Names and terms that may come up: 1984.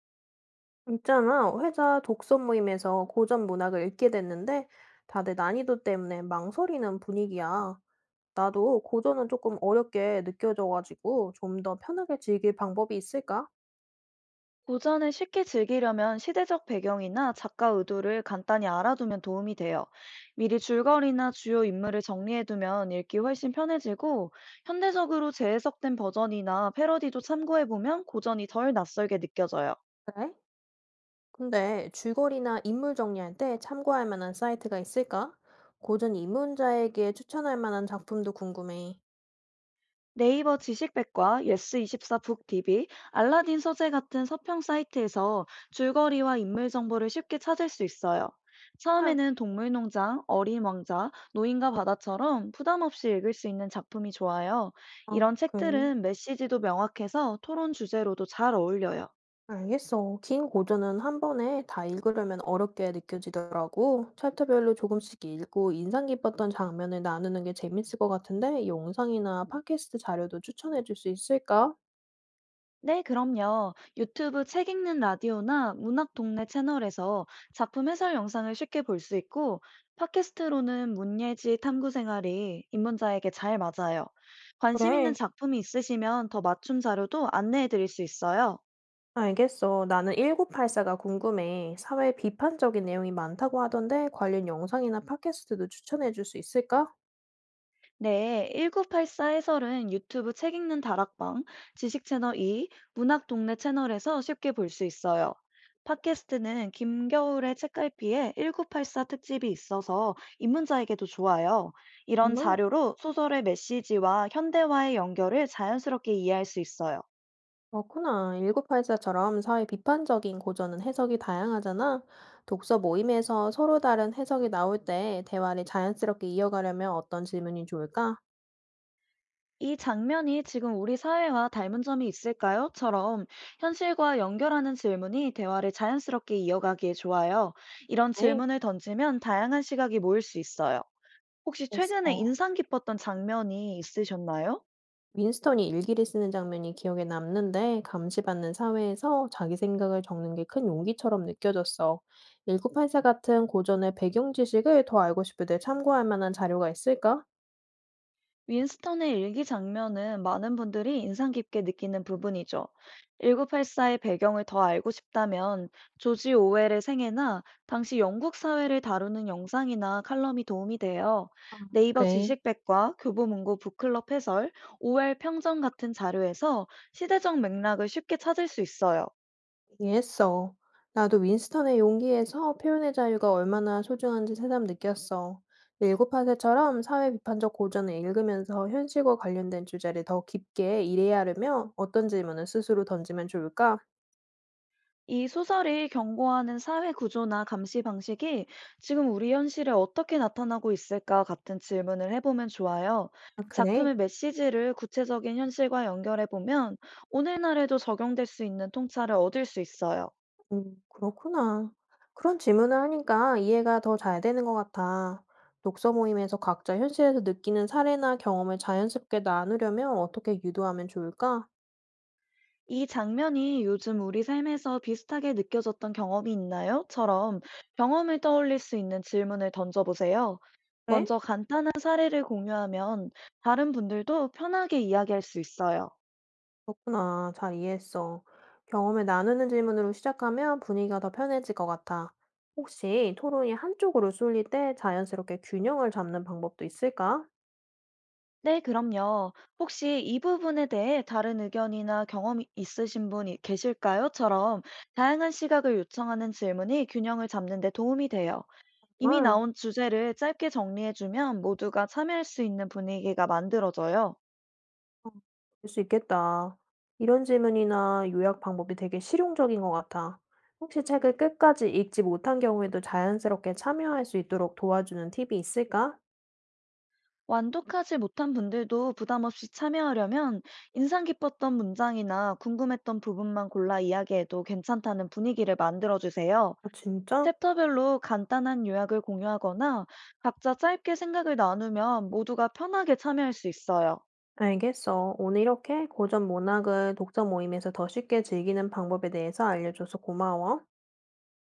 있잖아, 회사 독서 모임에서 고전 문학을 읽게 됐는데 다들 난이도 때문에 망설이는 분위기야. 나도 고전은 조금 어렵게 느껴져가지고 좀 더 편하게 즐길 방법이 있을까? 고전을 쉽게 즐기려면 시대적 배경이나 작가 의도를 간단히 알아두면 도움이 돼요. 미리 줄거리나 주요 인물을 정리해두면 읽기 훨씬 편해지고, 현대적으로 재해석된 버전이나 패러디도 참고해보면 고전이 덜 낯설게 느껴져요. 그래? 근데 줄거리나 인물 정리할 때 참고할 만한 사이트가 있을까? 고전 입문자에게 추천할 만한 작품도 궁금해. 네이버 지식백과, 예스24 북TV, 알라딘 서재 같은 서평 사이트에서 줄거리와 인물 정보를 쉽게 찾을 수 있어요. 아, 처음에는 동물농장, 어린 왕자, 노인과 바다처럼 부담 없이 읽을 수 있는 작품이 좋아요. 어, 이런 그래. 책들은 메시지도 명확해서 토론 주제로도 잘 어울려요. 알겠어. 긴 고전은 한 번에 다 읽으려면 어렵게 느껴지더라고. 챕터별로 조금씩 읽고 인상 깊었던 장면을 나누는 게 재밌을 것 같은데, 영상이나 팟캐스트 자료도 추천해 줄 수 있을까? 네, 그럼요. 유튜브 책 읽는 라디오나 문학 동네 채널에서 작품 해설 영상을 쉽게 볼 수 있고, 팟캐스트로는 문예지 탐구 생활이 입문자에게 잘 맞아요. 관심 있는 그래. 작품이 있으시면 더 맞춤 자료도 안내해 드릴 수 있어요. 알겠어. 나는 1984가 궁금해. 사회 비판적인 내용이 많다고 하던데, 관련 영상이나 팟캐스트도 추천해 줄 수 있을까? 네, 1984 해설은 유튜브 책 읽는 다락방, 지식 채널 2, 문학 동네 채널에서 쉽게 볼 수 있어요. 팟캐스트는 김겨울의 책갈피에 1984 특집이 있어서 입문자에게도 좋아요. 이런 정말? 자료로 소설의 메시지와 현대화의 연결을 자연스럽게 이해할 수 있어요. 그렇구나. 1984처럼 사회 비판적인 고전은 해석이 다양하잖아. 독서 모임에서 서로 다른 해석이 나올 때 대화를 자연스럽게 이어가려면 어떤 질문이 좋을까? "이 장면이 지금 우리 사회와 닮은 점이 있을까요? 처럼 현실과 연결하는 질문이 대화를 자연스럽게 이어가기에 좋아요. 이런 네, 질문을 던지면 다양한 시각이 모일 수 있어요. 혹시 최근에 됐어. 인상 깊었던 장면이 있으셨나요? 윈스턴이 일기를 쓰는 장면이 기억에 남는데 감시받는 사회에서 자기 생각을 적는 게 큰 용기처럼 느껴졌어. 1 9 8사 같은 고전의 배경 지식을 더 알고 싶을 때 참고할 만한 자료가 있을까? 윈스턴의 일기 장면은 많은 분들이 인상 깊게 느끼는 부분이죠. 1984의 배경을 더 알고 싶다면 조지 오웰의 생애나 당시 영국 사회를 다루는 영상이나 칼럼이 도움이 돼요. 네이버 그래. 지식백과, 교보문고 북클럽 해설, 오웰 평전 같은 자료에서 시대적 맥락을 쉽게 찾을 수 있어요. 이해했어. 나도 윈스턴의 용기에서 표현의 자유가 얼마나 소중한지 새삼 느꼈어. 일곱하세처럼 사회 비판적 고전을 읽으면서 현실과 관련된 주제를 더 깊게 이해해야 하려면 어떤 질문을 스스로 던지면 좋을까? 이 소설이 경고하는 사회 구조나 감시 방식이 지금 우리 현실에 어떻게 나타나고 있을까 같은 질문을 해보면 좋아요. 아, 그래? 작품의 메시지를 구체적인 현실과 연결해보면 오늘날에도 적용될 수 있는 통찰을 얻을 수 있어요. 그렇구나. 그런 질문을 하니까 이해가 더 잘 되는 것 같아. 독서 모임에서 각자 현실에서 느끼는 사례나 경험을 자연스럽게 나누려면 어떻게 유도하면 좋을까? "이 장면이 요즘 우리 삶에서 비슷하게 느껴졌던 경험이 있나요? 처럼 경험을 떠올릴 수 있는 질문을 던져보세요. 그래? 먼저 간단한 사례를 공유하면 다른 분들도 편하게 이야기할 수 있어요. 그렇구나. 잘 이해했어. 경험을 나누는 질문으로 시작하면 분위기가 더 편해질 것 같아. 혹시 토론이 한쪽으로 쏠릴 때 자연스럽게 균형을 잡는 방법도 있을까? 네, 그럼요. "혹시 이 부분에 대해 다른 의견이나 경험이 있으신 분이 계실까요?"처럼 다양한 시각을 요청하는 질문이 균형을 잡는 데 도움이 돼요. 이미 정말 나온 주제를 짧게 정리해주면 모두가 참여할 수 있는 분위기가 만들어져요. 어, 그럴 수 있겠다. 이런 질문이나 요약 방법이 되게 실용적인 것 같아. 혹시 책을 끝까지 읽지 못한 경우에도 자연스럽게 참여할 수 있도록 도와주는 팁이 있을까? 완독하지 못한 분들도 부담 없이 참여하려면 인상 깊었던 문장이나 궁금했던 부분만 골라 이야기해도 괜찮다는 분위기를 만들어주세요. 아, 진짜? 챕터별로 간단한 요약을 공유하거나 각자 짧게 생각을 나누면 모두가 편하게 참여할 수 있어요. 알겠어. 오늘 이렇게 고전 문학을 독서 모임에서 더 쉽게 즐기는 방법에 대해서 알려줘서 고마워.